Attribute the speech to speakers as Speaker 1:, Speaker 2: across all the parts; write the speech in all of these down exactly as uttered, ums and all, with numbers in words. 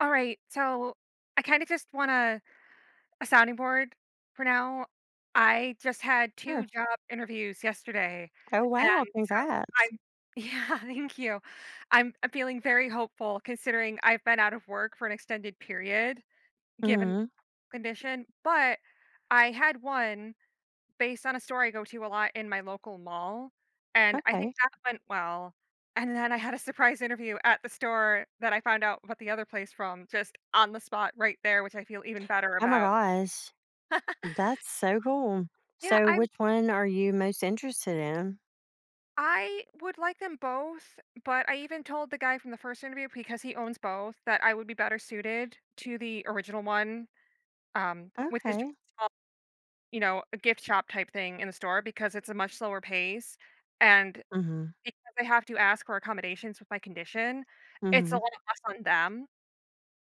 Speaker 1: All right. So I kind of just want a, a sounding board for now. I just had
Speaker 2: Sure.
Speaker 1: two job interviews yesterday.
Speaker 2: Oh,
Speaker 1: And
Speaker 2: wow.
Speaker 1: so
Speaker 2: Congrats.
Speaker 1: I'm, yeah, thank you. I'm, I'm feeling very hopeful considering I've been out of work for an extended period given
Speaker 2: Mhm.
Speaker 1: condition. But I had one based on a store I go to a lot in my local mall, and I think
Speaker 2: Okay.
Speaker 1: that went well, and then I had a surprise interview at the store that I found out about the other place from just on the spot right there, which I feel even better
Speaker 2: Oh my
Speaker 1: about.
Speaker 2: gosh. That's so cool.
Speaker 1: Yeah,
Speaker 2: So,
Speaker 1: i
Speaker 2: which one are you most interested in?
Speaker 1: I would like them both, but I even told the guy from the first interview, because he owns both, that I would be better suited to the original one, um, which is just
Speaker 2: Okay.
Speaker 1: a small, you know, a gift shop type thing in the store because it's a much slower pace, and
Speaker 2: Hmm.
Speaker 1: because I have to ask for accommodations with my condition, it's a
Speaker 2: Hmm.
Speaker 1: lot less on them.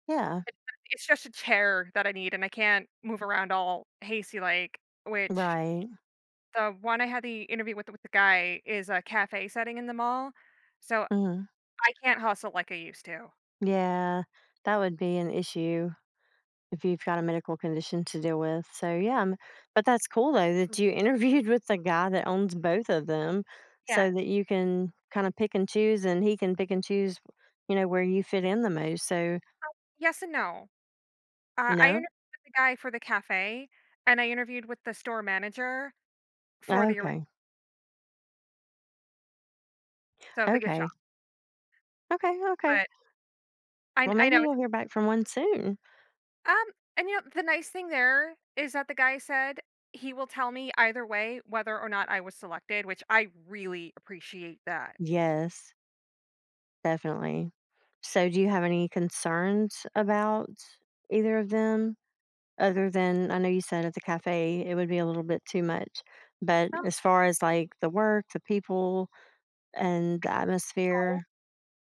Speaker 2: Yeah.
Speaker 1: It's it's just a chair that I need, and I can't move around all hasty like, which
Speaker 2: Right.
Speaker 1: the one I had the interview with with the guy is a cafe setting in the mall, so
Speaker 2: Hmm.
Speaker 1: I can't hustle like I used to.
Speaker 2: Yeah. That would be an issue if you've got a medical condition to deal with. So, yeah. m- But that's cool, though, that you interviewed with the guy that owns both of them
Speaker 1: Yeah,
Speaker 2: so that you can kind of pick and choose and he can pick and choose, you know, where you fit in the most. So,
Speaker 1: yes and no. Uh, I
Speaker 2: no.
Speaker 1: interviewed with the guy for the cafe, and I interviewed with the store manager for the ori,
Speaker 2: Okay.
Speaker 1: so the gift shop,
Speaker 2: Okay. Okay, okay.
Speaker 1: but I
Speaker 2: Well,
Speaker 1: I
Speaker 2: maybe
Speaker 1: know.
Speaker 2: you'll hear back from one soon.
Speaker 1: Um, and you know, the nice thing there is that the guy said he will tell me either way whether or not I was selected, which I really appreciate that.
Speaker 2: Yes, definitely. So, do you have any concerns about either of them other than I know you said at the cafe it would be a little bit too much, but as far as like the work, the people, and the
Speaker 1: Also,
Speaker 2: atmosphere?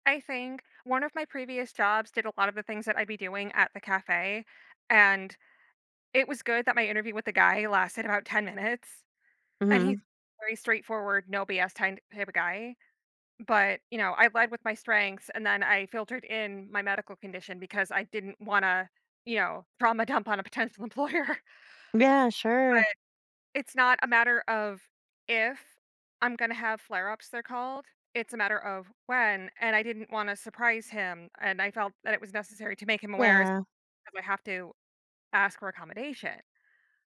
Speaker 1: I think one of my previous jobs did a lot of the things that I'd be doing at the cafe, and it was good that my interview with the guy lasted about ten minutes. And
Speaker 2: Mhm.
Speaker 1: he's very straightforward, no B S type type of guy. But, you know, I led with my strengths and then I filtered in my medical condition because I didn't want to, you know, trauma dump on a potential employer.
Speaker 2: Yeah, sure.
Speaker 1: But it's not a matter of if I'm gonna have flare-ups, they're called. It's a matter of when, and I didn't wanna surprise him, and I felt that it was necessary to make him aware is
Speaker 2: Yeah,
Speaker 1: because I have to ask for accommodation.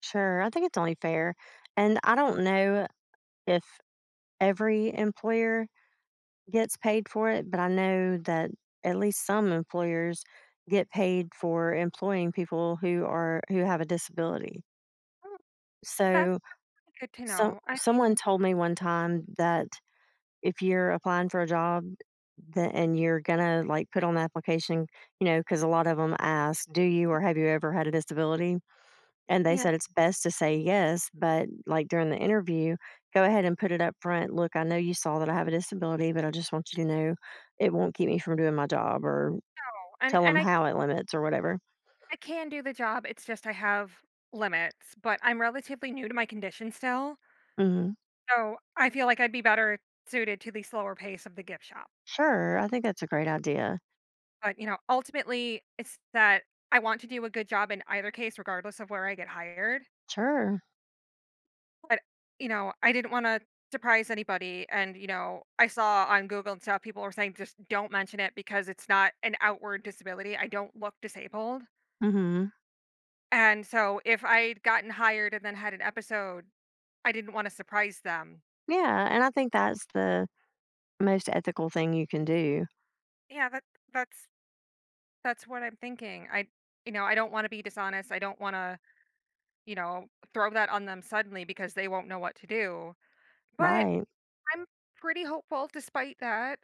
Speaker 2: sure. I think it's only fair. And I don't know if every employer gets paid for it, but I know that at least some employers get paid for employing people who are who have a disability.
Speaker 1: Oh, that's
Speaker 2: So,
Speaker 1: good to
Speaker 2: some
Speaker 1: know. I
Speaker 2: someone
Speaker 1: mean,
Speaker 2: told me one time that if you're applying for a job tha- and you're gonna like put on the application, you know, because a lot of them ask, "Do you or have you ever had a disability?" And they
Speaker 1: no,
Speaker 2: said it's best to say yes, but like during the interview, go ahead and put it up front. Look, I know you saw that I have a disability, but I just want you to know it won't keep me from doing my job or
Speaker 1: and
Speaker 2: tell them
Speaker 1: and I
Speaker 2: how it limits or whatever.
Speaker 1: I can do the job, it's just I have limits, but I'm relatively new to my condition still,
Speaker 2: Hmm.
Speaker 1: so I feel like I'd be better suited to the slower pace of the gift shop.
Speaker 2: Sure. I think that's a great idea.
Speaker 1: But, you know, ultimately, it's that I want to do a good job in either case regardless of where I get hired,
Speaker 2: Sure.
Speaker 1: but, you know, I didn't wanna surprise anybody, and, you know, I saw on Google and stuff, people were saying, "Just don't mention it because it's not an outward disability, I don't look disabled."
Speaker 2: Hmm.
Speaker 1: And so if I'd gotten hired and then had an episode I didn't wanna surprise them.
Speaker 2: Yeah. And I think that's the most ethical thing you can do.
Speaker 1: Yeah, that that's that's what I'm thinking. I, you know, I don't wanna be dishonest, I don't wanna, you know, throw that on them suddenly because they won't know what to do. But
Speaker 2: Right.
Speaker 1: I'm pretty hopeful despite that,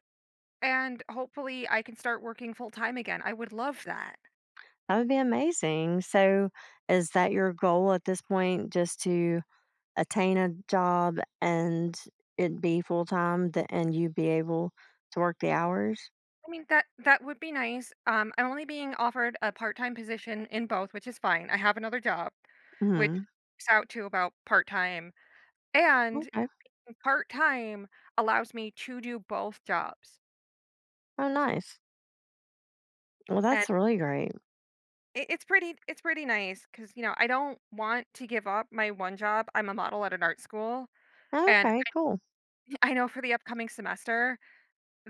Speaker 1: and hopefully I can start working full time again. I would love that.
Speaker 2: That would be amazing. So, is that your goal at this point? Just to attain a job and it be full time th- and you be able to work the hours?
Speaker 1: I mean, that that would be nice. Um, I'm only being offered a part-time position in both, which is fine. I have another job, which
Speaker 2: Mhm.
Speaker 1: works out to about part-time, and
Speaker 2: Okay.
Speaker 1: part-time allows me to do both jobs,
Speaker 2: Oh, nice. Well,
Speaker 1: and
Speaker 2: that's really great.
Speaker 1: it it's pretty it's pretty nice. Cause you know, I don't want to give up my one job. I'm a model at an art school, and
Speaker 2: Okay, cool.
Speaker 1: I I know for the upcoming semester,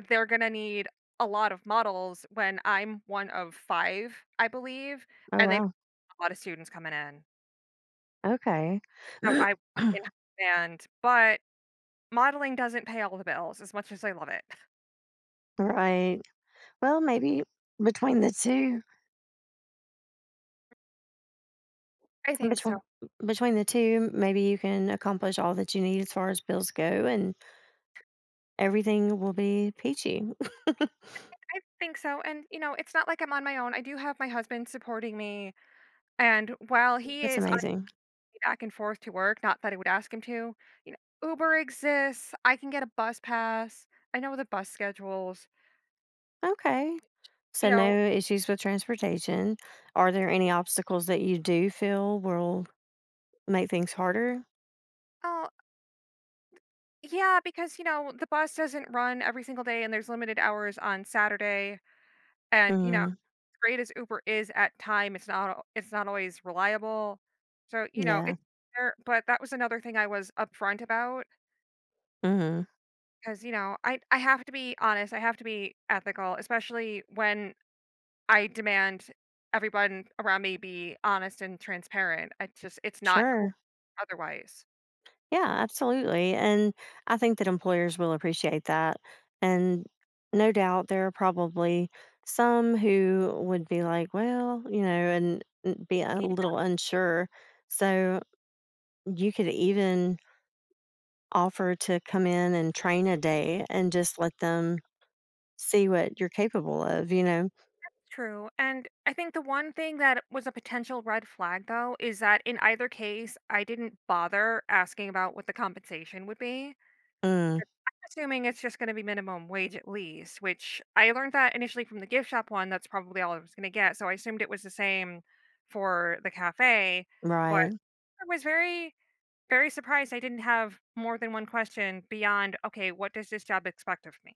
Speaker 1: they're gonna need a lot of models when I'm one of five, I believe,
Speaker 2: Oh,
Speaker 1: and they
Speaker 2: wow.
Speaker 1: a lot of students coming in.
Speaker 2: Okay.
Speaker 1: So I in high demand, but modeling doesn't pay all the bills as much as I love it.
Speaker 2: Right. Well, maybe between the two,
Speaker 1: I think so.
Speaker 2: between between the two, maybe you can accomplish all that you need as far as bills go and everything will be peachy.
Speaker 1: I think so, and, you know, it's not like I'm on my own. I do have my husband supporting me. And while he
Speaker 2: That's
Speaker 1: is on his
Speaker 2: amazing.
Speaker 1: way back and forth to work, not that I would ask him to, you know, Uber exists. I can get a bus pass. I know the bus schedules.
Speaker 2: Okay.
Speaker 1: You
Speaker 2: So
Speaker 1: know,
Speaker 2: no issues with transportation. Are there any obstacles that you do feel will make things harder?
Speaker 1: oh, yeah, because, you know, the bus doesn't run every single day and there's limited hours on Saturday. And, you know, as
Speaker 2: Mm,
Speaker 1: great as Uber is at time, it's not al- it's not always reliable. So, you know,
Speaker 2: yeah.
Speaker 1: it's there, but that was another thing I was upfront about
Speaker 2: Mhm.
Speaker 1: because, you know, I I have to be honest, I have to be ethical, especially when I demand everyone around me be honest and transparent. I just it's not cool
Speaker 2: Sure.
Speaker 1: otherwise.
Speaker 2: Yeah, absolutely. And I think that employers will appreciate that. And no doubt there are probably some who would be like, well, you know, and and be a
Speaker 1: Yeah,
Speaker 2: little unsure. So you could even offer to come in and train a day and just let them see what you're capable of, you know?
Speaker 1: true. And I think the one thing that was a potential red flag, though, is that in either case, I didn't bother asking about what the compensation would be.
Speaker 2: Mm,
Speaker 1: Yep. I'm assuming it's just going to be minimum wage at least, which I learned that initially from the gift shop one. That's probably all I was going to get. So I assumed it was the same for the cafe. But
Speaker 2: right,
Speaker 1: I was very Very surprised I didn't have more than one question beyond, "Okay, what does this job expect of me?"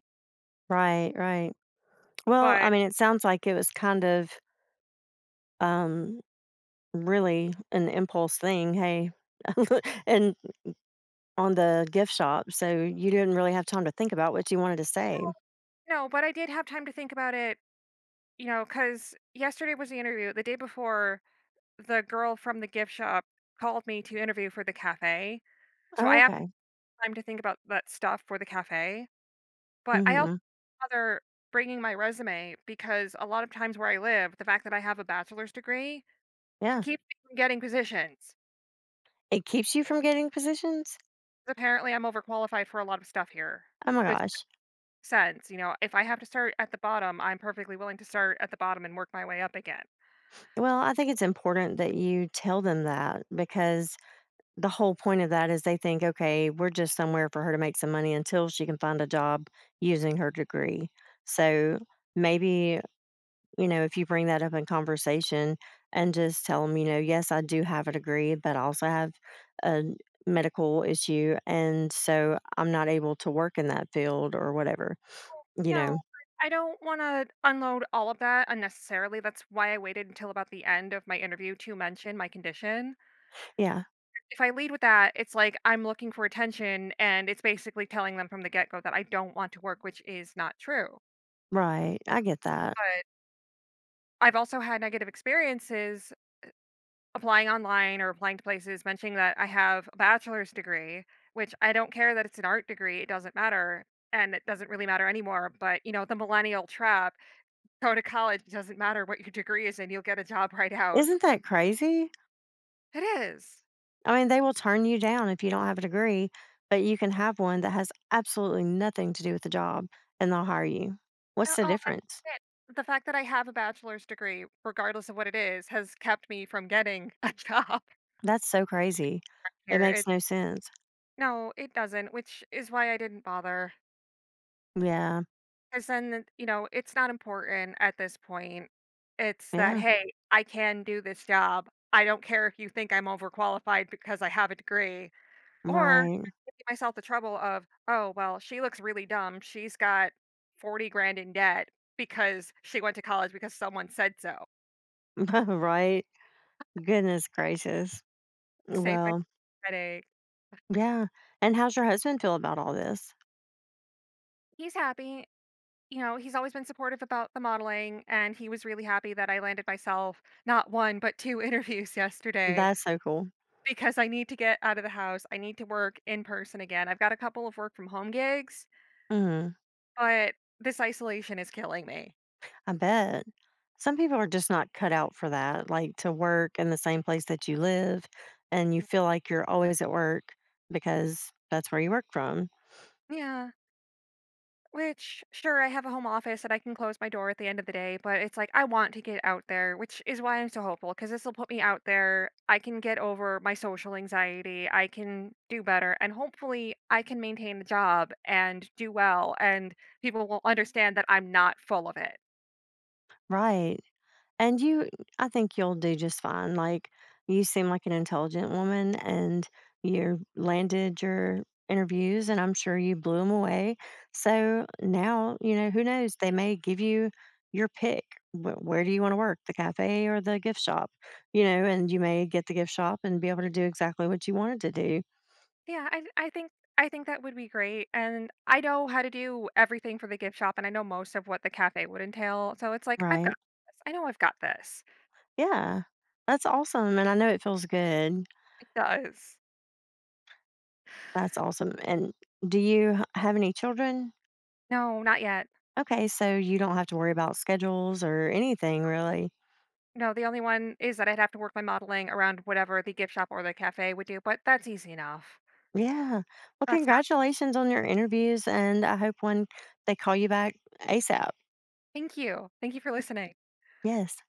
Speaker 2: right, right. Well, I
Speaker 1: But
Speaker 2: mean, it sounds like it was kind of um, really an impulse thing. Hey, and on the gift shop, so you didn't really have time to think about what you wanted to say.
Speaker 1: no, but I did have time to think about it, you know, because yesterday was the interview. The day before, the girl from the gift shop called me to interview for the cafe, so
Speaker 2: Oh,
Speaker 1: I have
Speaker 2: okay.
Speaker 1: time to think about that stuff for the cafe, but I also
Speaker 2: Hmm.
Speaker 1: bother bringing my resume because a lot of times where I live, the fact that I have a bachelor's degree
Speaker 2: Yeah,
Speaker 1: keeps me from getting positions.
Speaker 2: it keeps you from getting positions.
Speaker 1: Apparently, I'm overqualified for a lot of stuff here.
Speaker 2: Oh my
Speaker 1: uh,
Speaker 2: gosh.
Speaker 1: sense, you know, if I have to start at the bottom, I'm perfectly willing to start at the bottom and work my way up again.
Speaker 2: Well, I think it's important that you tell them that because the whole point of that is they think, "Okay, we're just somewhere for her to make some money until she can find a job using her degree." So, maybe, you know, if you bring that up in conversation and just tell them, you know, "Yes, I do have a degree, but I also have a medical issue, and so I'm not able to work in that field," or whatever,
Speaker 1: You
Speaker 2: you know?
Speaker 1: know, I don't want to unload all of that unnecessarily. That's why I waited until about the end of my interview to mention my condition.
Speaker 2: Yeah,
Speaker 1: If I lead with that, it's like I'm looking for attention and it's basically telling them from the get go that I don't want to work, which is not true.
Speaker 2: right, I get that.
Speaker 1: But I've also had negative experiences applying online or applying to places mentioning that I have a bachelor's degree, which I don't care that it's an art degree, it doesn't matter. And it doesn't really matter anymore. But, you know, the millennial trap, go to college, it doesn't matter what your degree is, and you'll get a job right out.
Speaker 2: Isn't that crazy?
Speaker 1: It is.
Speaker 2: I mean, they will turn you down if you don't have a degree, but you can have one that has absolutely nothing to do with the job and they'll hire you. What's
Speaker 1: No,
Speaker 2: the
Speaker 1: oh, that's
Speaker 2: difference?
Speaker 1: it. The fact that I have a bachelor's degree, regardless of what it is, has kept me from getting a job
Speaker 2: That's so crazy. It
Speaker 1: here.
Speaker 2: makes
Speaker 1: It,
Speaker 2: no sense.
Speaker 1: no, it doesn't, which is why I didn't bother.
Speaker 2: Yeah.
Speaker 1: 'Cause then, you know, it's not important at this point. It's that, yeah.
Speaker 2: Yeah.
Speaker 1: "Hey, I can do this job. I don't care if you think I'm overqualified because I have a degree." Or
Speaker 2: Right.
Speaker 1: I give myself the trouble of, "Oh, well, she looks really dumb. She's got forty grand in debt because she went to college because someone said so."
Speaker 2: Right. Goodness gracious.
Speaker 1: Save my
Speaker 2: Well,
Speaker 1: headache.
Speaker 2: yeah. And how's your husband feel about all this?
Speaker 1: He's happy. You know, he's always been supportive about the modeling, and he was really happy that I landed myself not one, but two interviews yesterday.
Speaker 2: That's so cool.
Speaker 1: Because I need to get out of the house, I need to work in person again. I've got a couple of work from home gigs,
Speaker 2: Mhm.
Speaker 1: but this isolation is killing me.
Speaker 2: I bet. Some people are just not cut out for that, like to work in the same place that you live and you feel like you're always at work because that's where you work from.
Speaker 1: Yeah, which sure, I have a home office and I can close my door at the end of the day, but it's like I want to get out there, which is why I'm so hopeful because this will put me out there. I can get over my social anxiety. I can do better and hopefully I can maintain the job and do well and people will understand that I'm not full of it.
Speaker 2: Right. And you I think you'll do just fine, like, you seem like an intelligent woman, and you landed your interviews, and I'm sure you blew them away, so now, you know, who knows, they may give you your pick. Wh where do you wanna work, the cafe or the gift shop? You know, and you may get the gift shop and be able to do exactly what you wanted to do.
Speaker 1: Yeah, I I think I think that would be great, and I know how to do everything for the gift shop, and I know most of what the cafe would entail, so it's like, "I've
Speaker 2: Right.
Speaker 1: got this, I know I've got this."
Speaker 2: Yeah. That's awesome, and I know it feels good.
Speaker 1: It does.
Speaker 2: That's awesome, and do you h have any children?
Speaker 1: No, not yet.
Speaker 2: Okay, so you don't have to worry about schedules or anything really.
Speaker 1: No, the only one is that I'd have to work my modeling around whatever the gift shop or the cafe would do, but that's easy enough.
Speaker 2: Yeah. Well,
Speaker 1: That's not.
Speaker 2: congratulations on your interviews, and I hope when they call you back A S A P.
Speaker 1: Thank you. Thank you for listening.
Speaker 2: Yes.